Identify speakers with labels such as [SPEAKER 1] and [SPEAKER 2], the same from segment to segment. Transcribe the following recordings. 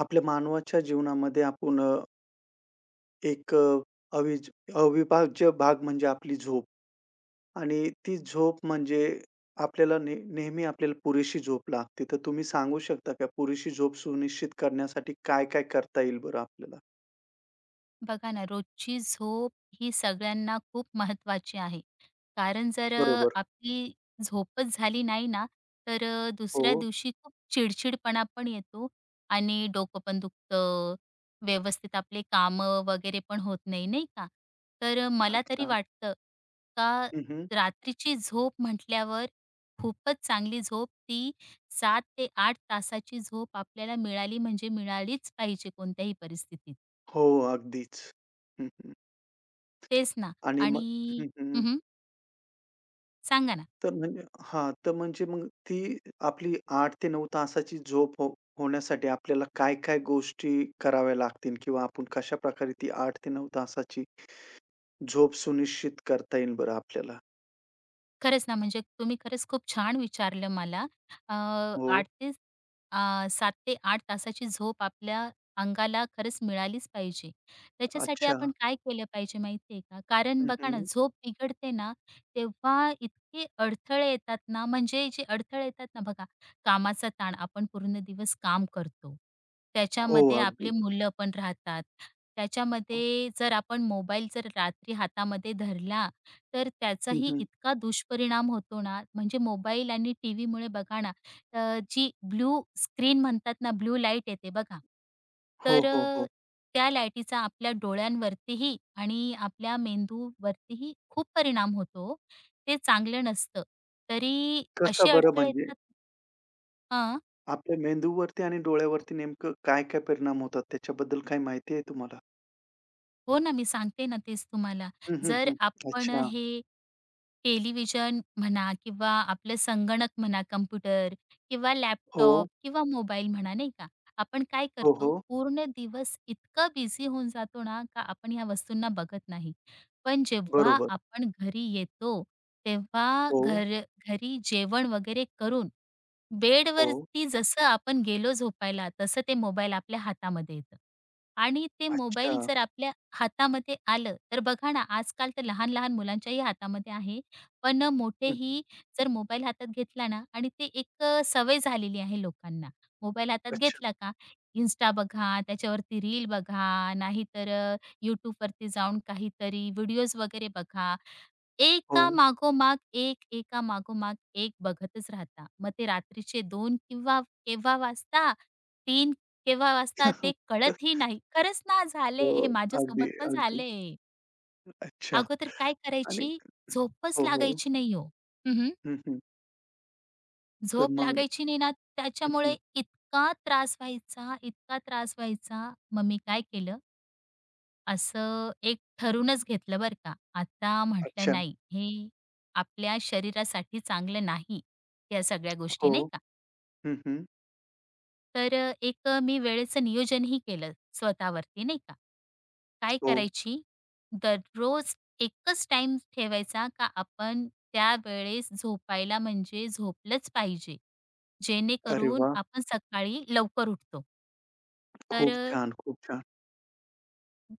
[SPEAKER 1] आपल्या मानवाच्या जीवनामध्ये आपण एक अविभाज्य भाग म्हणजे आपली झोप आणि ती झोप म्हणजे आपल्याला नेहमी आपल्याला पुरेशी झोप लागते. तर तुम्ही सांगू शकता का पुरेशी झोप सुनिश्चित करण्यासाठी काय-काय करता येईल बरं आपल्याला?
[SPEAKER 2] बघा ना, रोजची झोप ही सगळ्यांना खूप महत्त्वाची आहे. कारण जर
[SPEAKER 1] बरोबर.
[SPEAKER 2] आपली झोपच झाली नाही ना, तर
[SPEAKER 1] हो.
[SPEAKER 2] दुसऱ्या दिवशी खूप चिडचिडपणा पण येतो आणि डोकं पण दुखतं, व्यवस्थित आपले कामं वगैरे पण होत नाही, नाही का? तर मला तरी
[SPEAKER 1] अच्छा.
[SPEAKER 2] वाटतं का
[SPEAKER 1] हं, हं.
[SPEAKER 2] रात्रीची झोप म्हटल्यावर खूपच चांगली झोप ती 7 ते 8 तासाची झोप आपल्याला मिळाली म्हणजे मिळालीच पाहिजे कोणत्याही परिस्थितीत.
[SPEAKER 1] हो, अगदीच. हं, हं.
[SPEAKER 2] तेच ना.
[SPEAKER 1] आणि मग
[SPEAKER 2] आणि
[SPEAKER 1] हं, हं.
[SPEAKER 2] हं, सांगा ना?
[SPEAKER 1] तर म्हणजे हां, तर म्हणजे मग ती आपली 8 ते 9 तासाची झोप होण्यासाठी आपल्याला काय-काय गोष्टी कराव्या लागतील किंवा आपण कशाप्रकारे ती 8 ते 9 तासाची झोप सुनिश्चित करता येईल बरं आपल्याला?
[SPEAKER 2] खरंच ना, म्हणजे तुम्ही खरंच खूप छान विचारलं मला. अ,
[SPEAKER 1] हो.
[SPEAKER 2] 8 ते अ, 7 ते 8 तासाची झोप आपल्या अंगाला खरंच मिळालीच पाहिजे. त्याच्यासाठी
[SPEAKER 1] अच्छा.
[SPEAKER 2] आपण काय केलं पाहिजे माहिती आहे का? कारण
[SPEAKER 1] हं,
[SPEAKER 2] बघा ना,
[SPEAKER 1] हं.
[SPEAKER 2] झोप बिघडते ना, तेव्हा इतके अडथळे येतात ना, म्हणजे जे अडथळे येतात ना बघा, कामाचा ताण, आपण पूर्ण दिवस काम करतो.
[SPEAKER 1] हो,
[SPEAKER 2] त्याच्यामध्ये
[SPEAKER 1] अगदी.
[SPEAKER 2] आपली मुलं पण राहतात.
[SPEAKER 1] हो.
[SPEAKER 2] त्याच्यामध्ये जर आपण मोबाईल जर रात्री हातामध्ये धरला तर
[SPEAKER 1] हं,
[SPEAKER 2] त्याचाही
[SPEAKER 1] हं.
[SPEAKER 2] इतका दुष्परिणाम होतो ना, म्हणजे मोबाईल आणि टीव्हीमुळे बघा ना, जी ब्लू स्क्रीन म्हणतात ना, ब्लू लाईट येते बघा.
[SPEAKER 1] हो,
[SPEAKER 2] तर
[SPEAKER 1] हो, हो.
[SPEAKER 2] त्या लाईटीचा आपल्या डोळ्यांवरतीही आणि आपल्या मेंदूवरतीही खूप परिणाम होतो ओ. ते चांगलं नसतं. तरी
[SPEAKER 1] कसं
[SPEAKER 2] असे
[SPEAKER 1] बरं
[SPEAKER 2] अडथळे
[SPEAKER 1] म्हणजे?
[SPEAKER 2] येतात. हां.
[SPEAKER 1] आपल्या मेंदूवरती आणि डोळ्यावरती नेमकं काय-काय परिणाम होतात त्याच्याबद्दल काही माहिती आहे तुम्हाला?
[SPEAKER 2] हो ना, मी सांगते ना तेच तुम्हाला.
[SPEAKER 1] हं, हं,
[SPEAKER 2] जर
[SPEAKER 1] हं.
[SPEAKER 2] आपण
[SPEAKER 1] अच्छा.
[SPEAKER 2] हे टेलिव्हिजन म्हणा किंवा आपलं संगणक म्हणा, कॉम्प्युटर किंवा
[SPEAKER 1] हो.
[SPEAKER 2] लॅपटॉप किंवा मोबाईल म्हणा, नाही का. आपण काय
[SPEAKER 1] हो,
[SPEAKER 2] करतो,
[SPEAKER 1] हो.
[SPEAKER 2] पूर्ण दिवस इतका बिझी होऊन जातो ना, का आपण ह्या वस्तूंना बघत नाही. पण जेव्हा
[SPEAKER 1] बरोबर.
[SPEAKER 2] आपण घरी येतो, तेव्हा
[SPEAKER 1] हो,
[SPEAKER 2] घरी जेवण वगैरे करून
[SPEAKER 1] हो.
[SPEAKER 2] बेडवरती जसं आपण गेलो झोपायला, तसं ते मोबाईल आपल्या हातामध्ये येतं. आणि ते
[SPEAKER 1] अच्छा.
[SPEAKER 2] मोबाईल जर आपल्या हातामध्ये आलं, तर बघा ना, आजकाल तर लहान-लहान मुलांच्याही हातामध्ये आहे. पण
[SPEAKER 1] हं, हं.
[SPEAKER 2] मोठेही जर मोबाईल हातात घेतला ना आणि ते एक सवय झालेली आहे लोकांना. मोबाईल हातात
[SPEAKER 1] अच्छा.
[SPEAKER 2] घेतला का Insta बघा, त्याच्यावरती रील बघा, नाहीतर YouTubeवरती जाऊन काहीतरी व्हिडिओज वगैरे बघा.
[SPEAKER 1] हो.
[SPEAKER 2] एका मागोमाग एक, एका मागोमाग एक बघतच राहता. मग ते रात्रीचे 2 किंवा केव्हा वाजता, 3 केव्हा वाजता ते कळतही नाही. खरंच ना
[SPEAKER 1] हो.
[SPEAKER 2] झाले हे
[SPEAKER 1] अगदी,
[SPEAKER 2] माझ्यासोबत पण
[SPEAKER 1] अगदी.
[SPEAKER 2] झाले.
[SPEAKER 1] अच्छा
[SPEAKER 2] अगोदर काय
[SPEAKER 1] आणि
[SPEAKER 2] करायची झोपच
[SPEAKER 1] हो, हो.
[SPEAKER 2] लागायची नाही हो. हं,
[SPEAKER 1] हं, हं. तर
[SPEAKER 2] झोप
[SPEAKER 1] मग
[SPEAKER 2] लागायची नाही ना,
[SPEAKER 1] हं,
[SPEAKER 2] त्याच्यामुळे
[SPEAKER 1] हं.
[SPEAKER 2] इतका त्रास व्हायचा, इतका त्रास व्हायचा. मग मी काय केलं, असं एक ठरूनच घेतलं बरं का. आता म्हटलं
[SPEAKER 1] अच्छा.
[SPEAKER 2] नाही, हे आपल्या शरीरासाठी चांगलं नाही, या सगळ्या गोष्टी
[SPEAKER 1] हो.
[SPEAKER 2] नाही का.
[SPEAKER 1] हं, हं.
[SPEAKER 2] तर मी वेळेचं नियोजनही केलं स्वतःवरती नाही का. काय
[SPEAKER 1] हो.
[SPEAKER 2] करायची, दररोज एकच टाईम ठेवायचा का आपण त्यावेळेस झोपायला म्हणजे झोपलंच पाहिजे.
[SPEAKER 1] अरे
[SPEAKER 2] जेणेकरून
[SPEAKER 1] वाह!
[SPEAKER 2] आपण सकाळी लवकर उठतो. तर
[SPEAKER 1] खूप
[SPEAKER 2] अ,
[SPEAKER 1] छान, खूप छान.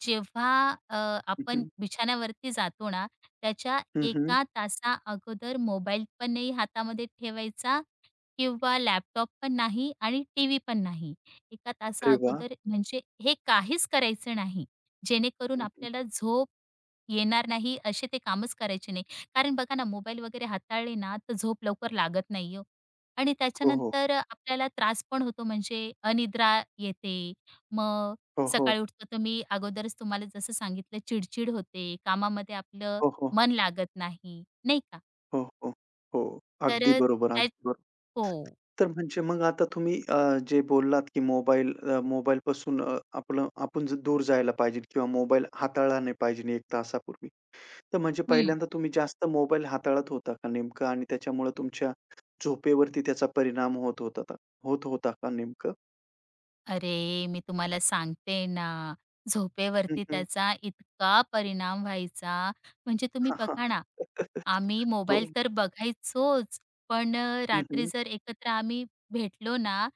[SPEAKER 2] जेव्हा अ,
[SPEAKER 1] हं,
[SPEAKER 2] आपण
[SPEAKER 1] हं.
[SPEAKER 2] बिछाण्यावरती जातो ना, त्याच्या
[SPEAKER 1] हं,
[SPEAKER 2] 1
[SPEAKER 1] हं.
[SPEAKER 2] तासा अगोदर मोबाईल पण नाही हातामध्ये ठेवायचा किंवा लॅपटॉप पण नाही आणि टीव्ही पण नाही. एका तासा
[SPEAKER 1] अरे वाह!
[SPEAKER 2] अगोदर म्हणजे हे काहीच करायचं नाही. जेणेकरून
[SPEAKER 1] हं, हं.
[SPEAKER 2] आपल्याला झोप येणार नाही असे ते कामच करायचे नाही. कारण बघा ना मोबाईल वगैरे हाताळले ना तर झोप लवकर लागत नाही हो. आणि
[SPEAKER 1] हो, हो.
[SPEAKER 2] त्याच्यानंतर आपल्याला त्रास पण होतो म्हणजे अनिद्रा येते. मग
[SPEAKER 1] हो, हो.
[SPEAKER 2] सकाळी उठतो तर मी अगोदरच तुम्हाला जसं सांगितलं चिडचिड होते. कामामध्ये आपलं
[SPEAKER 1] हो, हो.
[SPEAKER 2] मन लागत नाही, नाही का?
[SPEAKER 1] हो, हो. हो.
[SPEAKER 2] तर
[SPEAKER 1] अगदी बरोबर,
[SPEAKER 2] त्या
[SPEAKER 1] अगदी बरोबर.
[SPEAKER 2] हो.
[SPEAKER 1] तर म्हणजे मग आता तुम्ही जे बोललात, की मोबाईल मोबाईलपासून आपलं आपण दूर जायला पाहिजे किंवा मोबाईल हाताळला नाही पाहिजे 1 तासापूर्वी. तर म्हणजे
[SPEAKER 2] हं.
[SPEAKER 1] पहिल्यांदा तुम्ही जास्त मोबाईल हाताळत होता का नेमकं? आणि त्याच्यामुळे तुमच्या झोपेवरती त्याचा परिणाम होत होता का नेमकं?
[SPEAKER 2] अरे, मी तुम्हाला सांगते ना,
[SPEAKER 1] हं,
[SPEAKER 2] झोपेवरती
[SPEAKER 1] हं.
[SPEAKER 2] त्याचा इतका परिणाम व्हायचा. म्हणजे तुम्ही
[SPEAKER 1] हां, हां.
[SPEAKER 2] बघा ना, आम्ही
[SPEAKER 1] हो.
[SPEAKER 2] मोबाईल तर बघायचोच, पण
[SPEAKER 1] हं,
[SPEAKER 2] रात्री
[SPEAKER 1] हं.
[SPEAKER 2] जर एकत्र आम्ही भेटलो ना,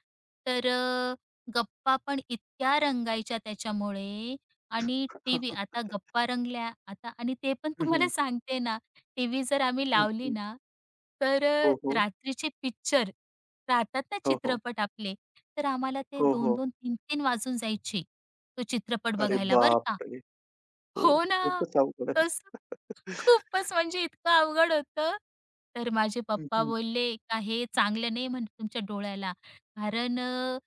[SPEAKER 2] तर गप्पा पण इतक्या रंगायच्या त्याच्यामुळे आणि
[SPEAKER 1] हां,
[SPEAKER 2] टीव्ही आता गप्पा रंगल्या आता आणि ते पण तुम्हाला सांगते ना, टीव्ही जर आम्ही लावली ना, तर
[SPEAKER 1] हो, हो.
[SPEAKER 2] रात्रीचे पिक्चर राहतात ना
[SPEAKER 1] हो, हो.
[SPEAKER 2] चित्रपट आपले, तर आम्हाला ते
[SPEAKER 1] हो, हो.
[SPEAKER 2] 2-2, 3-3 वाजून जायचे, तो चित्रपट
[SPEAKER 1] अरे
[SPEAKER 2] बघायला बरं का.
[SPEAKER 1] बापरे! हो.
[SPEAKER 2] हो ना,
[SPEAKER 1] खूपच अवघड आहे.
[SPEAKER 2] तसं खूपच म्हणजे इतकं अवघड होतं. तर माझे पप्पा
[SPEAKER 1] हं,
[SPEAKER 2] बोलले, "का हे चांगलं नाही म्हणे तुमच्या डोळ्याला." कारण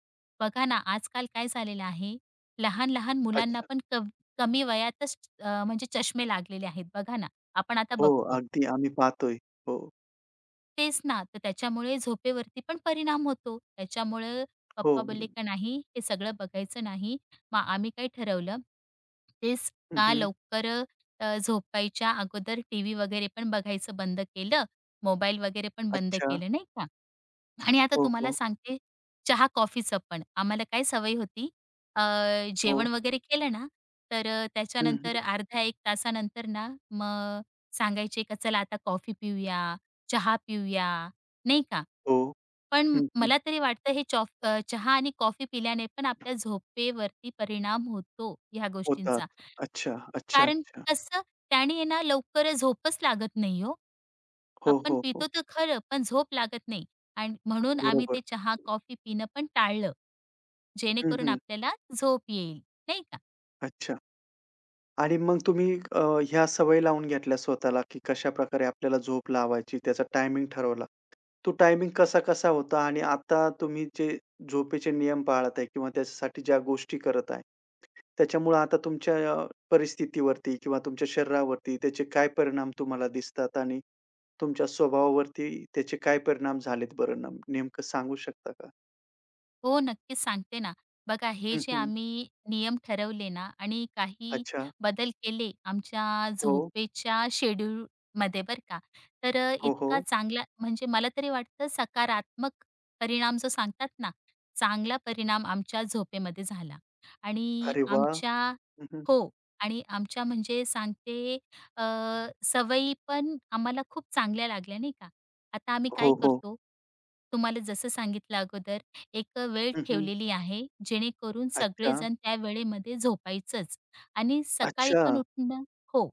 [SPEAKER 2] बघा ना, आजकाल काय झालेलं आहे, लहान-लहान मुलांना
[SPEAKER 1] अच्छा.
[SPEAKER 2] पण कमी वयातच म्हणजे चष्मे लागलेले आहेत बघा ना. आपण आता
[SPEAKER 1] हो,
[SPEAKER 2] बघतो.
[SPEAKER 1] अगदी आम्ही पाहतोय. हो.
[SPEAKER 2] तेच ना. तर त्याच्यामुळे झोपेवरती पण परिणाम होतो. त्याच्यामुळं
[SPEAKER 1] हो.
[SPEAKER 2] पप्पा बोलले का नाही हे सगळं बघायचं नाही. मग आम्ही काय ठरवलं, तेच का
[SPEAKER 1] हं,
[SPEAKER 2] लवकर झोपायच्या अगोदर टीव्ही वगैरे पण बघायचं बंद केलं. मोबाईल वगैरे पण बंद
[SPEAKER 1] अच्छा.
[SPEAKER 2] केलं नाही का. आणि आता
[SPEAKER 1] हो,
[SPEAKER 2] तुम्हाला
[SPEAKER 1] हो.
[SPEAKER 2] सांगते चहा कॉफीचं पण. आम्हाला काय सवय होती अ, जेवण
[SPEAKER 1] हो.
[SPEAKER 2] वगैरे केलं ना, तर
[SPEAKER 1] हं,
[SPEAKER 2] त्याच्यानंतर अर्धा 1 तासानंतर ना, मग सांगायचे का चला आता कॉफी पिऊया चहा पिऊया, नाही का?
[SPEAKER 1] हो.
[SPEAKER 2] पण
[SPEAKER 1] हं,
[SPEAKER 2] मला तरी वाटतं हे चहा आणि कॉफी पिल्याने पण आपल्या झोपेवरती परिणाम होतो ह्या
[SPEAKER 1] होतात.
[SPEAKER 2] गोष्टींचा.
[SPEAKER 1] अच्छा, अच्छा,
[SPEAKER 2] कारण
[SPEAKER 1] अच्छा.
[SPEAKER 2] कसं त्याने आहे ना लवकर झोपच लागत नाही हो.
[SPEAKER 1] हो,
[SPEAKER 2] आपण
[SPEAKER 1] हो, हो.
[SPEAKER 2] पितो तर खरं, पण झोप लागत नाही आणि म्हणून आम्ही
[SPEAKER 1] बरोबर.
[SPEAKER 2] ते चहा, कॉफी पिणं पण टाळलं.
[SPEAKER 1] हं,
[SPEAKER 2] जेणेकरून
[SPEAKER 1] हं.
[SPEAKER 2] आपल्याला झोप येईल, नाही
[SPEAKER 1] अच्छा. आणि मग तुम्ही ह्या सवयी लावून घेतल्या स्वतःला, की कशाप्रकारे आपल्याला झोप लावायची, त्याचा टायमिंग ठरवला. तो टायमिंग कसा-कसा होता आणि आता तुम्ही जे झोपेचे नियम पाळत आहे किंवा त्याच्यासाठी ज्या गोष्टी करत आहे, त्याच्यामुळं आता तुमच्या परिस्थितीवरती किंवा तुमच्या शरीरावरती त्याचे काय परिणाम तुम्हाला दिसतात आणि तुमच्या स्वभावावरती त्याचे काय परिणाम झालेत बरं नेमकं सांगू शकता का?
[SPEAKER 2] हो, नक्कीच सांगते ना. बघा हे
[SPEAKER 1] हं,
[SPEAKER 2] जे
[SPEAKER 1] हं.
[SPEAKER 2] आम्ही नियम ठरवले ना आणि काही
[SPEAKER 1] अच्छा.
[SPEAKER 2] बदल केले आमच्या
[SPEAKER 1] हो.
[SPEAKER 2] झोपेच्या शेड्यूलमध्ये बरं का. तर
[SPEAKER 1] हो,
[SPEAKER 2] इतका
[SPEAKER 1] हो.
[SPEAKER 2] चांगला म्हणजे मला तरी वाटतं सकारात्मक परिणाम जो सांगतात ना, चांगला परिणाम आमच्या झोपेमध्ये झाला. आणि
[SPEAKER 1] अरे वाह!
[SPEAKER 2] आमच्या
[SPEAKER 1] हं, हं.
[SPEAKER 2] हो. आणि आमच्या म्हणजे सांगते अ, सवयी पण आम्हाला खूप चांगल्या लागल्या नाही का. आता आम्ही
[SPEAKER 1] हो,
[SPEAKER 2] काय
[SPEAKER 1] हो.
[SPEAKER 2] करतो, तुम्हाला जसं सांगितलं अगोदर एक वेळ
[SPEAKER 1] हं, हं.
[SPEAKER 2] ठेवलेली आहे, जेणेकरून
[SPEAKER 1] अच्छा.
[SPEAKER 2] सगळेजण त्या वेळेमध्ये झोपायचंच आणि सकाळी
[SPEAKER 1] अच्छा.
[SPEAKER 2] पण उठणं हो.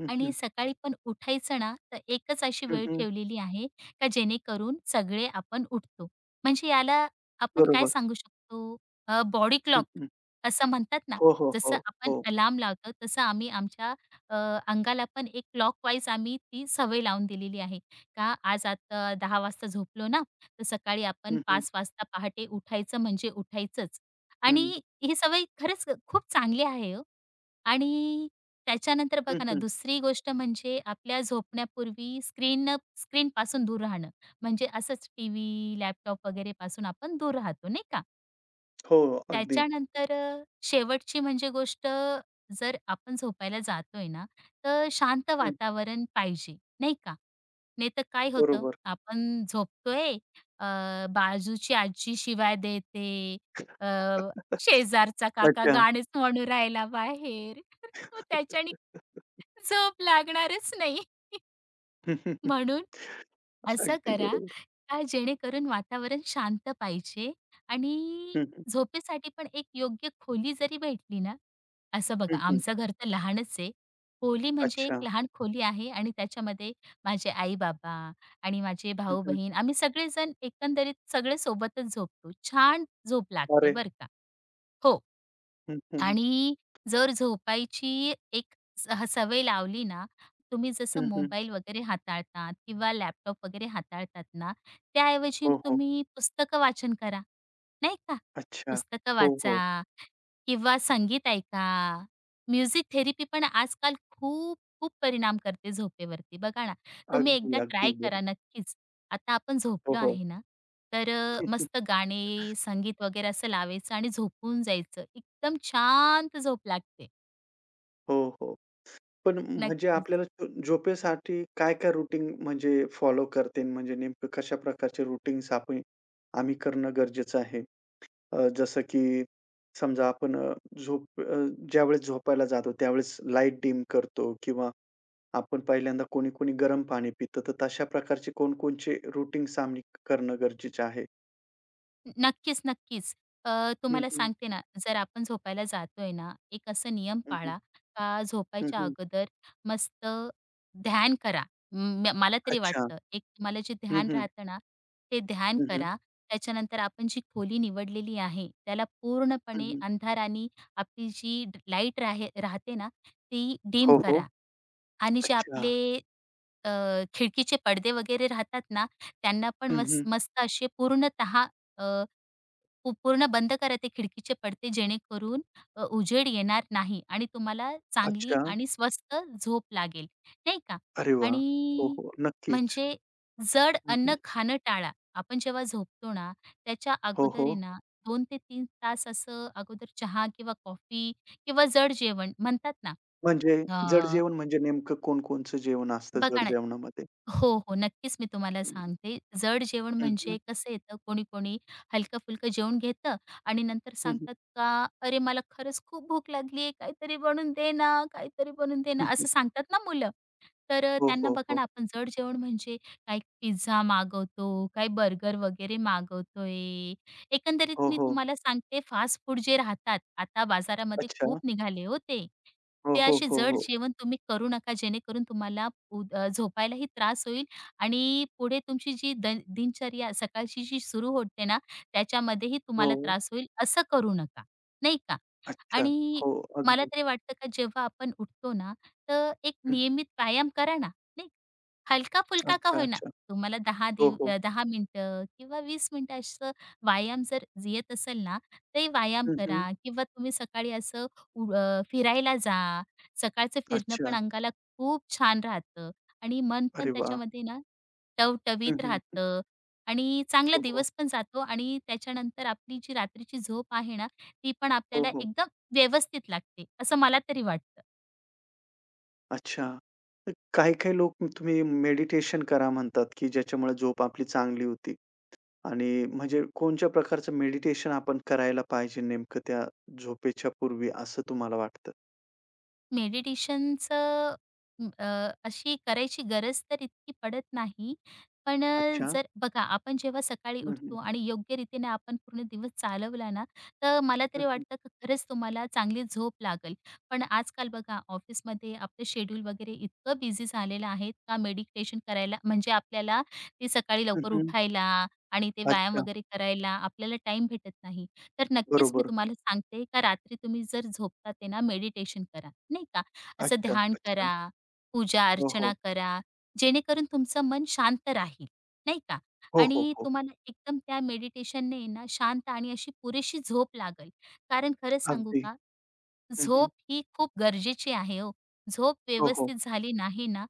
[SPEAKER 1] हं,
[SPEAKER 2] आणि
[SPEAKER 1] हं.
[SPEAKER 2] सकाळी पण उठायचं ना, तर एकच अशी
[SPEAKER 1] हं,
[SPEAKER 2] वेळ
[SPEAKER 1] हं.
[SPEAKER 2] ठेवलेली आहे का जेणेकरून सगळे आपण उठतो. म्हणजे याला आपण काय
[SPEAKER 1] बरोबर.
[SPEAKER 2] सांगू शकतो बॉडी
[SPEAKER 1] हं,
[SPEAKER 2] क्लॉक
[SPEAKER 1] हं.
[SPEAKER 2] असं म्हणतात ना,
[SPEAKER 1] हो, हो, हो,
[SPEAKER 2] जसं आपण
[SPEAKER 1] हो.
[SPEAKER 2] अलार्म लावतो तसं आम्ही आमच्या अ, अंगाला पण एक क्लॉकवाईज आम्ही ती सवय लावून दिलेली आहे. का आज आता 10 वाजता झोपलो ना, तर सकाळी आपण
[SPEAKER 1] हं, हं.
[SPEAKER 2] 5 वाजता पहाटे उठायचं म्हणजे उठायचंच. आणि
[SPEAKER 1] हं.
[SPEAKER 2] ही सवय खरंच खूप चांगली आहे हो. आणि त्याच्यानंतर
[SPEAKER 1] हं,
[SPEAKER 2] बघा ना,
[SPEAKER 1] हं.
[SPEAKER 2] दुसरी गोष्ट म्हणजे आपल्या झोपण्यापूर्वी स्क्रीनपासून दूर राहणं. म्हणजे असंच टीव्ही, लॅपटॉप वगैरेपासून आपण दूर राहतो नाही का?
[SPEAKER 1] हो, अगदी.
[SPEAKER 2] त्याच्यानंतर शेवटची म्हणजे गोष्ट जर आपण झोपायला जातोय ना, तर शांत
[SPEAKER 1] हं.
[SPEAKER 2] वातावरण पाहिजे, नाही का? नाहीतर काय होतं,
[SPEAKER 1] बरोबर.
[SPEAKER 2] आपण झोपतोय, अ, बाजूची आजी शिवाय देते, अ, शेजारचा काका
[SPEAKER 1] अच्छा.
[SPEAKER 2] गाणेच म्हणू राहिला बाहेर, मग त्याच्याने झोप लागणारच नाही.
[SPEAKER 1] हं, हं, हं.
[SPEAKER 2] म्हणून असं
[SPEAKER 1] अगदी
[SPEAKER 2] करा
[SPEAKER 1] बरोबर.
[SPEAKER 2] का जेणेकरून वातावरण शांत पाहिजे आणि
[SPEAKER 1] हं, हं.
[SPEAKER 2] झोपेसाठी पण एक योग्य खोली जरी भेटली ना, असं बघा
[SPEAKER 1] हं, हं.
[SPEAKER 2] आमचं घर तर लहानच आहे. खोली म्हणजे एक
[SPEAKER 1] अच्छा.
[SPEAKER 2] लहान खोली आहे आणि त्याच्यामध्ये माझे आई-बाबा आणि माझे
[SPEAKER 1] हं, हं.
[SPEAKER 2] भाऊ-बहीण आम्ही सगळेजण एकंदरीत सगळे सोबतच झोपतो. छान झोप लागते
[SPEAKER 1] अरे!
[SPEAKER 2] बरं का. हो.
[SPEAKER 1] हं, हं, हं.
[SPEAKER 2] आणि जर झोपायची एक सवय लावली ना, तुम्ही जसं
[SPEAKER 1] हं, हं.
[SPEAKER 2] मोबाईल वगैरे हाताळतात किंवा लॅपटॉप वगैरे हाताळतात ना, त्याऐवजी
[SPEAKER 1] हो, हो.
[SPEAKER 2] तुम्ही पुस्तकं वाचन करा, नाही का?
[SPEAKER 1] अच्छा.
[SPEAKER 2] पुस्तकं
[SPEAKER 1] हो, हो.
[SPEAKER 2] वाचा किंवा संगीत ऐका. म्युझिक थेरपी पण आजकाल खूप खूप परिणाम करते झोपेवरती. बघा ना, तुम्ही
[SPEAKER 1] अगदी,
[SPEAKER 2] एकदा ट्राय
[SPEAKER 1] अगदी बरोबर.
[SPEAKER 2] करा नक्कीच. आता आपण
[SPEAKER 1] हो,
[SPEAKER 2] झोपलो
[SPEAKER 1] हो.
[SPEAKER 2] आहे ना, तर मस्त गाणे, संगीत वगैरे असं लावायचं आणि झोपून जायचं. एकदम शांत झोप लागते.
[SPEAKER 1] हो, हो. पण म्हणजे
[SPEAKER 2] नक्कीच.
[SPEAKER 1] आपल्याला झोपेसाठी काय-काय रूटीन म्हणजे फॉलो करते? म्हणजे नेमकं कशा प्रकारचे रूटीन्स आपण आम्ही करणं गरजेचं आहे? जसं की समजा आपण झोप अ, ज्यावेळेस झोपायला जातो त्यावेळेस लाईट डिम करतो किंवा आपण पहिल्यांदा कोणी-कोणी गरम पाणी पितं, तर तशा प्रकारचे कोणकोणचे रूटीन्स आम्ही करणं गरजेचे आहे?
[SPEAKER 2] नक्कीच, नक्कीच.
[SPEAKER 1] हं,
[SPEAKER 2] तुम्हाला
[SPEAKER 1] हं.
[SPEAKER 2] सांगते ना, जर आपण झोपायला जातोय ना, एक असा नियम
[SPEAKER 1] हं, हं.
[SPEAKER 2] पाळा का झोपायच्या
[SPEAKER 1] हं,
[SPEAKER 2] अगोदर मस्त ध्यान करा. मला तरी
[SPEAKER 1] अच्छा.
[SPEAKER 2] वाटतं, एक तुम्हाला जे
[SPEAKER 1] हं,
[SPEAKER 2] ध्यान
[SPEAKER 1] हं.
[SPEAKER 2] राहतं ना, ते ध्यान
[SPEAKER 1] हं, हं.
[SPEAKER 2] करा. त्याच्यानंतर आपण जी खोली निवडलेली आहे, त्याला पूर्णपणे
[SPEAKER 1] हं,
[SPEAKER 2] अंधाराने आपली जी लाईट राहते ना, ती डिम
[SPEAKER 1] हो, हो.
[SPEAKER 2] करा. आणि जे
[SPEAKER 1] अच्छा.
[SPEAKER 2] आपले अ, खिडकीचे पडदे वगैरे राहतात ना, त्यांना पण
[SPEAKER 1] हं, हं.
[SPEAKER 2] मस्त असे पूर्णतः पूर्ण बंद करा ते खिडकीचे पड़ते जेणेकरून उजेड येणार नाही आणि तुम्हाला चांगली
[SPEAKER 1] अच्छा.
[SPEAKER 2] आणि स्वस्त झोप लागेल, नाही का?
[SPEAKER 1] अरे वाह!
[SPEAKER 2] आणि
[SPEAKER 1] हो, हो. नक्कीच.
[SPEAKER 2] म्हणजे जड
[SPEAKER 1] हं,
[SPEAKER 2] अन्न
[SPEAKER 1] हं.
[SPEAKER 2] खाणं टाळा. आपण जेव्हा झोपतो ना, त्याच्या
[SPEAKER 1] हो,
[SPEAKER 2] अगोदर आहे
[SPEAKER 1] हो.
[SPEAKER 2] ना 2 ते 3 तास असं अगोदर चहा किंवा कॉफी किंवा जड जेवण म्हणतात ना,
[SPEAKER 1] म्हणजे जड
[SPEAKER 2] अ,
[SPEAKER 1] जेवण म्हणजे नेमकं कोण-कोणचं जेवण असतं
[SPEAKER 2] बघा
[SPEAKER 1] जड
[SPEAKER 2] ना
[SPEAKER 1] जेवणामध्ये?
[SPEAKER 2] हो, हो. नक्कीच मी तुम्हाला
[SPEAKER 1] हं,
[SPEAKER 2] सांगते. जड जेवण
[SPEAKER 1] हं, हं,
[SPEAKER 2] म्हणजे कसं येतं, कोणी-कोणी हलकं-फुलकं जेवण घेतं आणि नंतर
[SPEAKER 1] हं, हं,
[SPEAKER 2] सांगतात का, "अरे, मला खरंच खूप भूक लागली आहे. काहीतरी बनवून दे ना, काहीतरी बनवून दे ना."
[SPEAKER 1] हं, हं.
[SPEAKER 2] असं सांगतात ना मुलं. तर
[SPEAKER 1] हो,
[SPEAKER 2] त्यांना
[SPEAKER 1] हो,
[SPEAKER 2] बघा
[SPEAKER 1] हो.
[SPEAKER 2] ना, आपण जड जेवण म्हणजे काही पिझ्झा मागवतो, काही बर्गर वगैरे मागवतोय. एकंदरीत
[SPEAKER 1] हो,
[SPEAKER 2] मी
[SPEAKER 1] हो.
[SPEAKER 2] तुम्हाला सांगते फास्ट फूड जे राहतात, आता बाजारामध्ये
[SPEAKER 1] अच्छा.
[SPEAKER 2] खूप निघाले हो ते.
[SPEAKER 1] हो,
[SPEAKER 2] ते
[SPEAKER 1] हो,
[SPEAKER 2] असे
[SPEAKER 1] हो,
[SPEAKER 2] जड
[SPEAKER 1] हो.
[SPEAKER 2] जेवण तुम्ही करू नका जेणेकरून तुम्हाला झोपायलाही त्रास होईल आणि पुढे तुमची जी दिनचर्या सकाळची जी सुरू होते ना, त्याच्यामध्येही तुम्हाला
[SPEAKER 1] हो.
[SPEAKER 2] त्रास होईल. असं करू नका, नाही का?
[SPEAKER 1] अच्छा.
[SPEAKER 2] आणि
[SPEAKER 1] हो,
[SPEAKER 2] मला
[SPEAKER 1] अगदी.
[SPEAKER 2] तरी वाटतं का जेव्हा आपण उठतो ना, तर एक
[SPEAKER 1] हं, हं.
[SPEAKER 2] नियमित व्यायाम करा ना, नाही हलका-फुलका का
[SPEAKER 1] अच्छा,
[SPEAKER 2] होईना.
[SPEAKER 1] अच्छा.
[SPEAKER 2] तुम्हाला दहा
[SPEAKER 1] हो,
[SPEAKER 2] दिव
[SPEAKER 1] हो.
[SPEAKER 2] अ, 10 मिनिटं किंवा 20 मिनिटं असं व्यायाम जर येत असेल ना, ते व्यायाम
[SPEAKER 1] हं, हं.
[SPEAKER 2] करा किंवा तुम्ही सकाळी असं फिरायला जा. सकाळचं फिरणं
[SPEAKER 1] अच्छा.
[SPEAKER 2] पण अंगाला खूप छान राहतं आणि मन पण
[SPEAKER 1] अरे वाह!
[SPEAKER 2] त्याच्यामध्ये ना
[SPEAKER 1] हं,
[SPEAKER 2] टवटवीत
[SPEAKER 1] हं, हं.
[SPEAKER 2] राहतं आणि चांगला
[SPEAKER 1] हो, हो.
[SPEAKER 2] दिवस पण जातो आणि त्याच्यानंतर आपली जी रात्रीची झोप आहे ना, ती पण
[SPEAKER 1] हो,
[SPEAKER 2] आपल्याला
[SPEAKER 1] हो.
[SPEAKER 2] एकदम व्यवस्थित लागते, असं मला तरी वाटतं.
[SPEAKER 1] अच्छा. तर काही-काही लोक तुम्ही मेडिटेशन करा म्हणतात, की ज्याच्यामुळे झोप आपली चांगली होते. आणि म्हणजे कोणत्या प्रकारचं मेडिटेशन आपण करायला पाहिजे नेमकं त्या झोपेच्या पूर्वी असं तुम्हाला वाटतं?
[SPEAKER 2] मेडिटेशनचं म, अ, अशी करायची गरज तर इतकी पडत नाही. पण
[SPEAKER 1] अच्छा.
[SPEAKER 2] जर बघा आपण जेव्हा सकाळी
[SPEAKER 1] हं, हं.
[SPEAKER 2] उठतो आणि योग्यरीतीने आपण पूर्ण दिवस चालवला ना, तर मला
[SPEAKER 1] हं,
[SPEAKER 2] तरी
[SPEAKER 1] हं.
[SPEAKER 2] वाटतं की खरंच तुम्हाला चांगली झोप लागेल. पण आजकाल बघा ऑफिसमध्ये आपलं शेड्यूल वगैरे इतकं बिझी झालेलं आहे का मेडिटेशन करायला म्हणजे आपल्याला ते सकाळी
[SPEAKER 1] हं,
[SPEAKER 2] लवकर
[SPEAKER 1] हं.
[SPEAKER 2] उठायला आणि ते व्यायाम
[SPEAKER 1] अच्छा.
[SPEAKER 2] वगैरे करायला आपल्याला टाईम भेटत नाही. तर नक्कीच मी
[SPEAKER 1] बरोबर.
[SPEAKER 2] तुम्हाला सांगते का रात्री तुम्ही जर झोपता ते ना मेडिटेशन करा, नाही का. असं
[SPEAKER 1] अच्छा,
[SPEAKER 2] ध्यान
[SPEAKER 1] अच्छा.
[SPEAKER 2] करा, पूजा
[SPEAKER 1] हो, हो.
[SPEAKER 2] अर्चना करा, जेणेकरून तुमचं मन शांत राहील, नाही का.
[SPEAKER 1] हो, हो,
[SPEAKER 2] आणि
[SPEAKER 1] हो.
[SPEAKER 2] तुम्हाला एकदम त्या मेडिटेशनने ना शांत आणि अशी पुरेशी झोप लागेल. कारण खरं सांगू
[SPEAKER 1] अगदी.
[SPEAKER 2] का
[SPEAKER 1] हं, हं.
[SPEAKER 2] झोप ही खूप गरजेची आहे हो. झोप
[SPEAKER 1] हो, हो.
[SPEAKER 2] व्यवस्थित झाली नाही ना,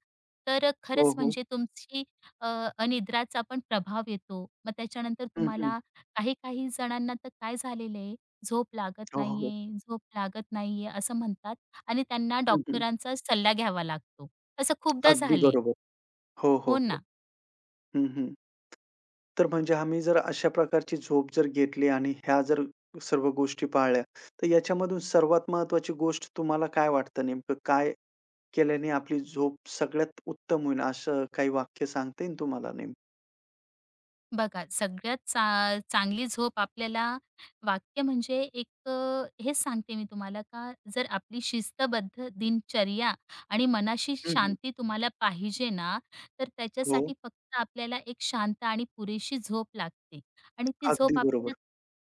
[SPEAKER 2] तर
[SPEAKER 1] हो,
[SPEAKER 2] खरंच
[SPEAKER 1] हो.
[SPEAKER 2] म्हणजे तुमची अ, अनिद्राचा पण प्रभाव येतो. मग त्याच्यानंतर
[SPEAKER 1] हं, हं.
[SPEAKER 2] तुम्हाला काही-काही जणांना तर काय झालेलं आहे, झोप लागत
[SPEAKER 1] हो, हो, हो.
[SPEAKER 2] नाहीये, झोप लागत नाहीये असं म्हणतात आणि त्यांना
[SPEAKER 1] हं, हं.
[SPEAKER 2] डॉक्टरांचा सल्ला घ्यावा लागतो. असं खूपदा
[SPEAKER 1] अगदी
[SPEAKER 2] झालंय.
[SPEAKER 1] बरोबर. हो, हो,
[SPEAKER 2] हो
[SPEAKER 1] हो.
[SPEAKER 2] ना.
[SPEAKER 1] हं, हं. तर म्हणजे आम्ही जर अशा प्रकारची झोप जर घेतली आणि ह्या जर सर्व गोष्टी पाळल्या, तर याच्यामधून सर्वात महत्त्वाची गोष्ट तुम्हाला काय वाटतं नेमकं काय केल्याने आपली झोप सगळ्यात उत्तम होईल, असं काही वाक्य सांगता येईल तुम्हाला नेमकं?
[SPEAKER 2] बघा, सगळ्यात चांगली झोप आपल्याला वाक्य म्हणजे एक हेच सांगते मी तुम्हाला का जर आपली शिस्तबद्ध दिनचर्या आणि मनाशी
[SPEAKER 1] हं, हं.
[SPEAKER 2] शांती तुम्हाला पाहिजे ना, तर
[SPEAKER 1] हो,
[SPEAKER 2] त्याच्यासाठी फक्त आपल्याला एक शांत आणि पुरेशी झोप लागते आणि ती
[SPEAKER 1] अगदी
[SPEAKER 2] झोप आपल्याला
[SPEAKER 1] बरोबर.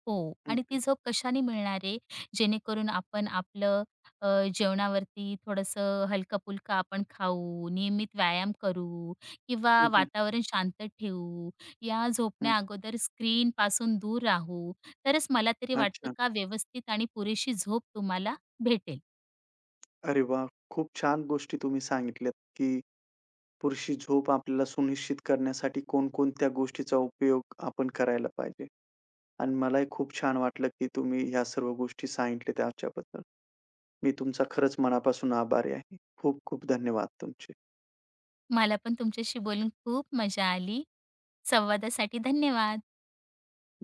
[SPEAKER 2] हो
[SPEAKER 1] हं,
[SPEAKER 2] आणि ती
[SPEAKER 1] हं.
[SPEAKER 2] झोप कशाने मिळणार आहे? जेणेकरून आपण आपलं अ, जेवणावरती थोडंसं हलकं आपण खाऊ, नियमित व्यायाम करू किंवा
[SPEAKER 1] हं, हं.
[SPEAKER 2] वातावरण शांत ठेवू. या
[SPEAKER 1] हं.
[SPEAKER 2] झोपण्या अगोदर स्क्रीनपासून दूर राहू, तरच मला तरी वाटतं
[SPEAKER 1] अच्छा.
[SPEAKER 2] का व्यवस्थित आणि पुरेशी झोप तुम्हाला भेटेल.
[SPEAKER 1] अरे वाह! खूप छान गोष्टी तुम्ही सांगितल्यात, की पुरेशी झोप आपल्याला सुनिश्चित करण्यासाठी कोणकोणत्या गोष्टीचा उपयोग आपण करायला पाहिजे. आणि मलाही खूप छान वाटलं, की तुम्ही ह्या सर्व गोष्टी सांगितल्या त्याच्याबद्दल. मी तुमचा खरंच मनापासून आभारी आहे. खूप खूप धन्यवाद तुमचे.
[SPEAKER 2] मला पण तुमच्याशी बोलून खूप मजा आली. संवादासाठी धन्यवाद.